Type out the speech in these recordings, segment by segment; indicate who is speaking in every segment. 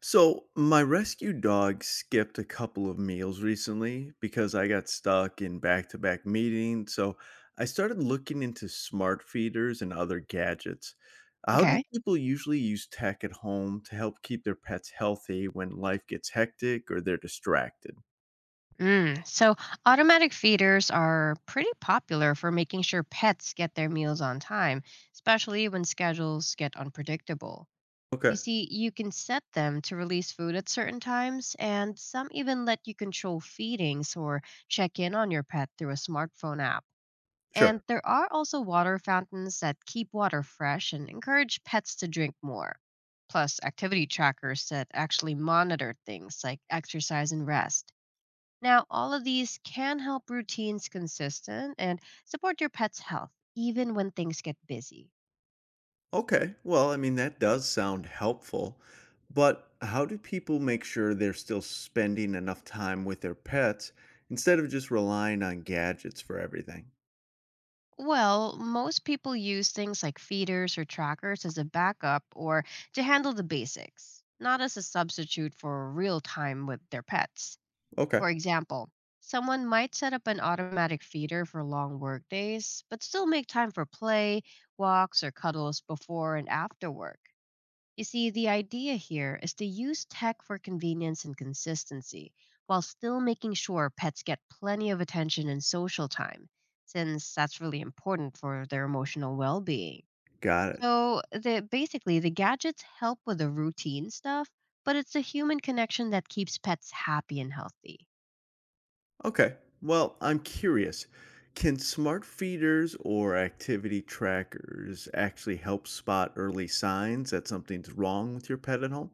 Speaker 1: So, my rescue dog skipped a couple of meals recently because I got stuck in back to back meetings. I started looking into smart feeders and other gadgets. How do
Speaker 2: Okay.
Speaker 1: people usually use tech at home to help keep their pets healthy when life gets hectic or they're distracted?
Speaker 2: Mm. So automatic feeders are pretty popular for making sure pets get their meals on time, especially when schedules get unpredictable. You
Speaker 1: Okay,
Speaker 2: see, you can set them to release food at certain times, and some even let you control feedings or check in on your pet through a smartphone app.
Speaker 1: sure.
Speaker 2: And there are also water fountains that keep water fresh and encourage pets to drink more. Plus, activity trackers that actually monitor things like exercise and rest. Now, all of these can help routines consistent and support your pet's health, even when things get busy.
Speaker 1: Okay. Well, I mean, that does sound helpful, but how do people make sure they're still spending enough time with their pets instead of just relying on gadgets for everything?
Speaker 2: Well, most people use things like feeders or trackers as a backup or to handle the basics, not as a substitute for real time with their pets.
Speaker 1: Okay.
Speaker 2: For example, someone might set up an automatic feeder for long work days, but still make time for play, walks, or cuddles before and after work. You see, the idea here is to use tech for convenience and consistency while still making sure pets get plenty of attention and social time, since that's really important for their emotional well being.
Speaker 1: Got it.
Speaker 2: Basically, the gadgets help with the routine stuff, but it's the human connection that keeps pets happy and healthy.
Speaker 1: Okay. Well, I'm curious. Can smart feeders or activity trackers actually help spot early signs that something's wrong with your pet at home?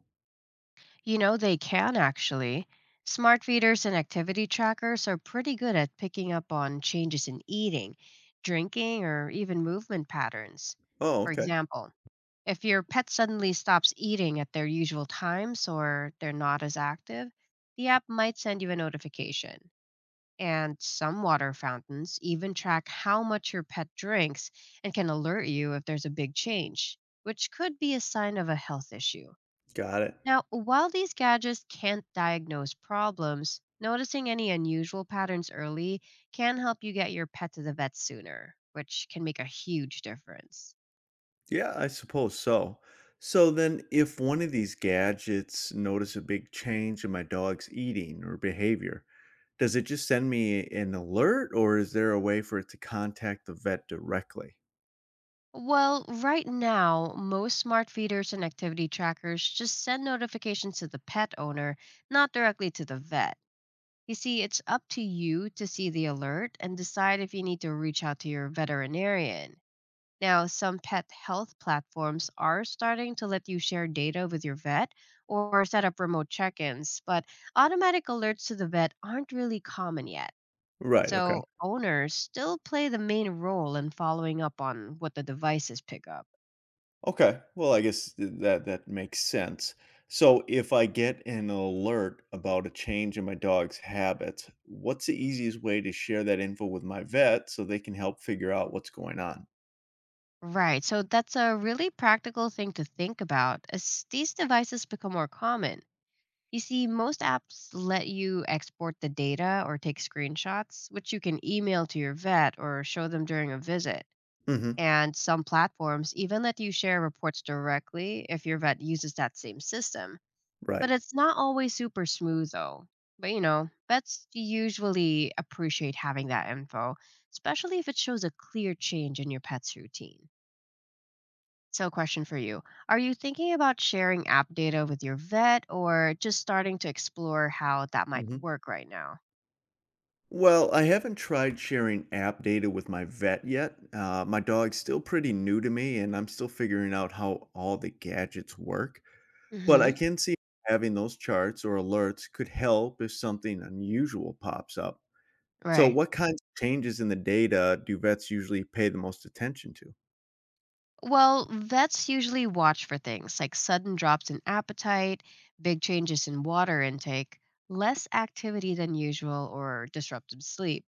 Speaker 2: You know, they can actually. Smart feeders and activity trackers are pretty good at picking up on changes in eating, drinking, or even movement patterns.
Speaker 1: Oh,
Speaker 2: For
Speaker 1: okay.
Speaker 2: example, if your pet suddenly stops eating at their usual times or they're not as active, the app might send you a notification. And some water fountains even track how much your pet drinks and can alert you if there's a big change, which could be a sign of a health issue.
Speaker 1: Got it.
Speaker 2: Now, while these gadgets can't diagnose problems, noticing any unusual patterns early can help you get your pet to the vet sooner, which can make a huge difference.
Speaker 1: Yeah, I suppose so. So then, if one of these gadgets notice a big change in my dog's eating or behavior, does it just send me an alert or is there a way for it to contact the vet directly?
Speaker 2: Well, right now, most smart feeders and activity trackers just send notifications to the pet owner, not directly to the vet. You see, it's up to you to see the alert and decide if you need to reach out to your veterinarian. Now, some pet health platforms are starting to let you share data with your vet or set up remote check ins, but automatic alerts to the vet aren't really common yet.
Speaker 1: Right, okay.
Speaker 2: So, owners still play the main role in following up on what the devices pick up.
Speaker 1: Okay. Well, I guess that makes sense. So if I get an alert about a change in my dog's habits, what's the easiest way to share that info with my vet so they can help figure out what's going on?
Speaker 2: Right, so that's a really practical thing to think about as these devices become more common. You see, most apps let you export the data or take screenshots, which you can email to your vet or show them during a visit.
Speaker 1: Mhm.
Speaker 2: And some platforms even let you share reports directly if your vet uses that same system. But
Speaker 1: Right.
Speaker 2: it's not always super smooth though. But you know, vets usually appreciate having that info, especially if it shows a clear change in your pet's routine. So, question for you: are you thinking about sharing app data with your vet or just starting to explore how that might work right now?
Speaker 1: Well, I haven't tried sharing app data with my vet yet. My dog's still pretty new to me, and I'm still figuring out how all the gadgets work. But I
Speaker 2: hmm
Speaker 1: can see having those charts or alerts could help if something unusual pops up. So,
Speaker 2: Right.
Speaker 1: what kinds of changes in the data do vets usually pay the most attention to?
Speaker 2: Well, vets usually watch for things like sudden drops in appetite, big changes in water intake, less activity than usual, or disrupted sleep.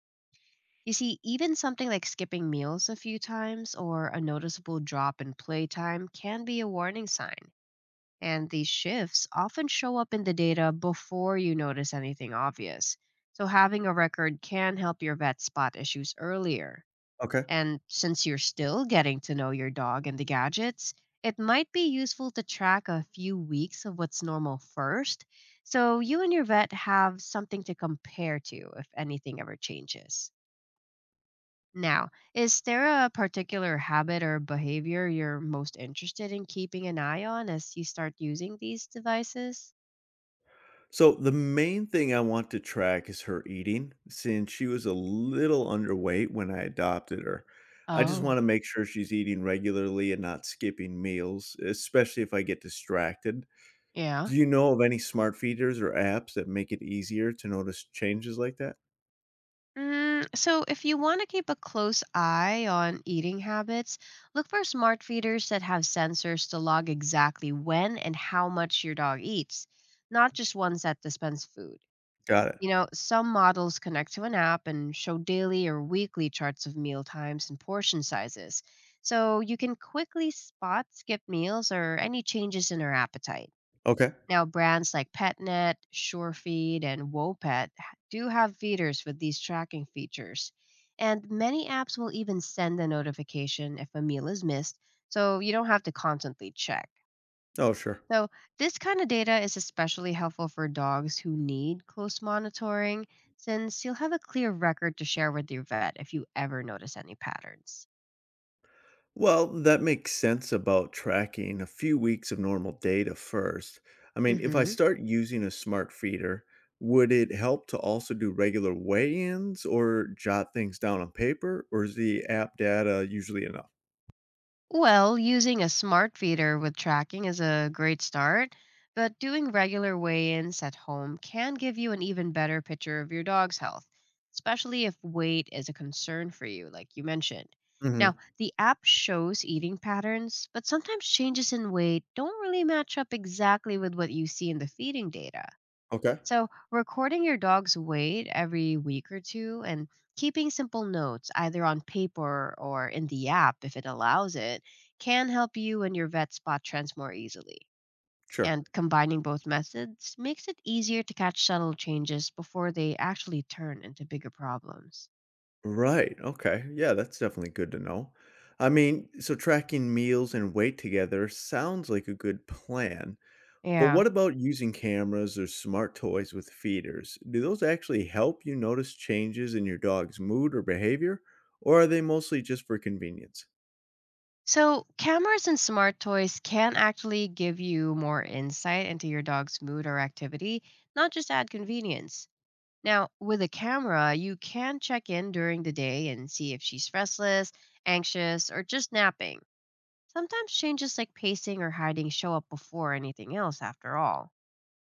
Speaker 2: You see, even something like skipping meals a few times or a noticeable drop in playtime can be a warning sign. And these shifts often show up in the data before you notice anything obvious. So, having a record can help your vet spot issues earlier.
Speaker 1: Okay.
Speaker 2: And since you're still getting to know your dog and the gadgets, it might be useful to track a few weeks of what's normal first so you and your vet have something to compare to if anything ever changes. Now, is there a particular habit or behavior you're most interested in keeping an eye on as you start using these devices?
Speaker 1: So the main thing I want to track is her eating since she was a little underweight when I adopted her. I just
Speaker 2: Oh,
Speaker 1: want to make sure she's eating regularly and not skipping meals, especially if I get distracted.
Speaker 2: yeah.
Speaker 1: Do you know of any smart feeders or apps that make it easier to notice changes like that?
Speaker 2: So, if you want to keep a close eye on eating habits, look for smart feeders that have sensors to log exactly when and how much your dog eats, not just ones that dispense food.
Speaker 1: Got it.
Speaker 2: You know, some models connect to an app and show daily or weekly charts of meal times and portion sizes, so you can quickly spot skipped meals or any changes in her appetite.
Speaker 1: Okay.
Speaker 2: Now, brands like PetNet, SureFeed, and WOPET do have feeders with these tracking features. And many apps will even send a notification if a meal is missed, so you don't have to constantly check.
Speaker 1: Oh, sure.
Speaker 2: So, this kind of data is especially helpful for dogs who need close monitoring, since you'll have a clear record to share with your vet if you ever notice any patterns.
Speaker 1: Well, that makes sense about tracking a few weeks of normal data first. I mean, if I
Speaker 2: Mhm.
Speaker 1: start using a smart feeder, would it help to also do regular weigh ins or jot things down on paper, or is the app data usually enough?
Speaker 2: Well, using a smart feeder with tracking is a great start, but doing regular weigh ins at home can give you an even better picture of your dog's health, especially if weight is a concern for you, like you mentioned.
Speaker 1: Hmm.
Speaker 2: Now, the app shows eating patterns, but sometimes changes in weight don't really match up exactly with what you see in the feeding data.
Speaker 1: Okay,
Speaker 2: So, recording your dog's weight every week or two and keeping simple notes, either on paper or in the app if it allows it, can help you and your vet spot trends more easily.
Speaker 1: sure.
Speaker 2: And combining both methods makes it easier to catch subtle changes before they actually turn into bigger problems.
Speaker 1: Right. Okay. Yeah, that's definitely good to know. I mean, so tracking meals and weight together sounds like a good plan. But
Speaker 2: Yeah.
Speaker 1: what about using cameras or smart toys with feeders? Do those actually help you notice changes in your dog's mood or behavior, or are they mostly just for convenience?
Speaker 2: So, cameras and smart toys can actually give you more insight into your dog's mood or activity, not just add convenience. Now, with a camera, you can check in during the day and see if she's restless, anxious, or just napping. Sometimes changes like pacing or hiding show up before anything else, after all.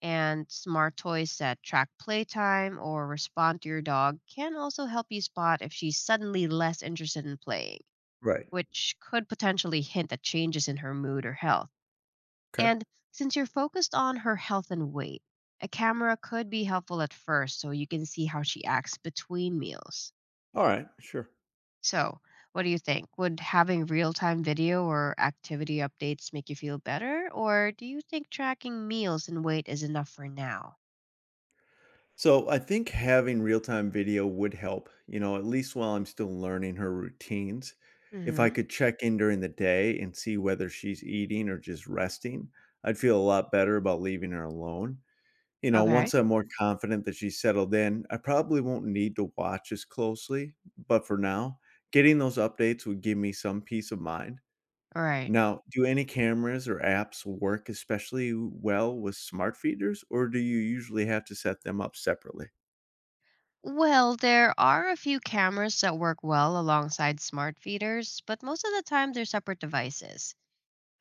Speaker 2: And smart toys that track playtime or respond to your dog can also help you spot if she's suddenly less interested in playing,
Speaker 1: Right.
Speaker 2: which could potentially hint at changes in her mood or health.
Speaker 1: Okay.
Speaker 2: And since you're focused on her health and weight, a camera could be helpful at first so you can see how she acts between meals.
Speaker 1: All right. Sure.
Speaker 2: So, what do you think? Would having real time video or activity updates make you feel better? Or do you think tracking meals and weight is enough for now?
Speaker 1: So I think having real time video would help, you know, at least while I'm still learning her routines. If I
Speaker 2: hmm
Speaker 1: could check in during the day and see whether she's eating or just resting, I'd feel a lot better about leaving her alone. You know,
Speaker 2: Okay.
Speaker 1: once I'm more confident that she's settled in, I probably won't need to watch as closely, but for now, getting those updates would give me some peace of mind.
Speaker 2: All right.
Speaker 1: Now, do any cameras or apps work especially well with smart feeders, or do you usually have to set them up separately?
Speaker 2: Well, there are a few cameras that work well alongside smart feeders, but most of the time they're separate devices.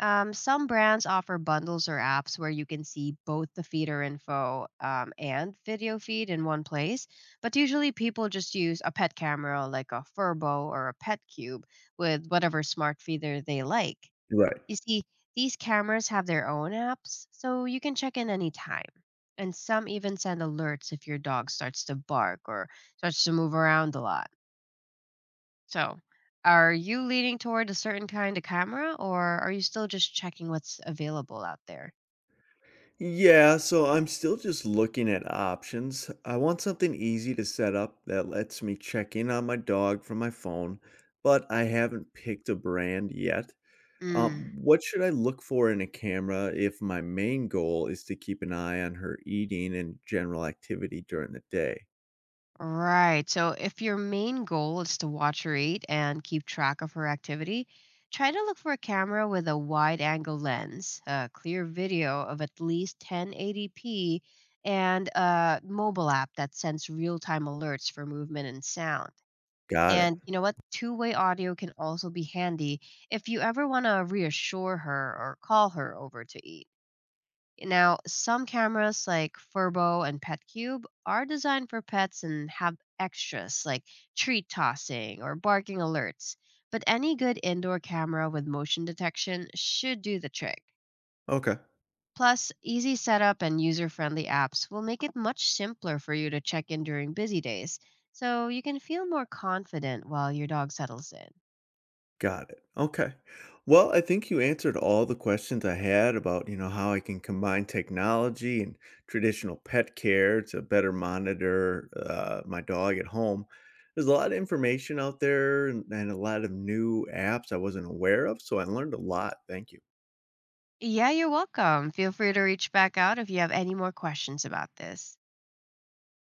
Speaker 2: Some brands offer bundles or apps where you can see both the feeder info and video feed in one place, but usually people just use a pet camera like a Furbo or a Pet Cube with whatever smart feeder they like.
Speaker 1: Right.
Speaker 2: You see, these cameras have their own apps, so you can check in anytime. And some even send alerts if your dog starts to bark or starts to move around a lot. So, are you leaning toward a certain kind of camera or are you still just checking what's available out there?
Speaker 1: Yeah, so I'm still just looking at options. I want something easy to set up that lets me check in on my dog from my phone, but I haven't picked a brand yet.
Speaker 2: Mm,
Speaker 1: What should I look for in a camera if my main goal is to keep an eye on her eating and general activity during the day?
Speaker 2: right. So, if your main goal is to watch her eat and keep track of her activity, try to look for a camera with a wide angle lens, a clear video of at least 1080p, and a mobile app that sends real time alerts for movement and sound.
Speaker 1: Got it.
Speaker 2: And you know what? Two-way audio can also be handy if you ever want to reassure her or call her over to eat. Now, some cameras like Furbo and PetCube are designed for pets and have extras like treat tossing or barking alerts. But any good indoor camera with motion detection should do the trick.
Speaker 1: Okay.
Speaker 2: Plus, easy setup and user friendly apps will make it much simpler for you to check in during busy days, so you can feel more confident while your dog settles in.
Speaker 1: Got it. Okay. Well, I think you answered all the questions I had about, you know, how I can combine technology and traditional pet care to better monitor my dog at home. There's a lot of information out there and, a lot of new apps I wasn't aware of, so I learned a lot. Thank you.
Speaker 2: Yeah, you're welcome. Feel free to reach back out if you have any more questions about this.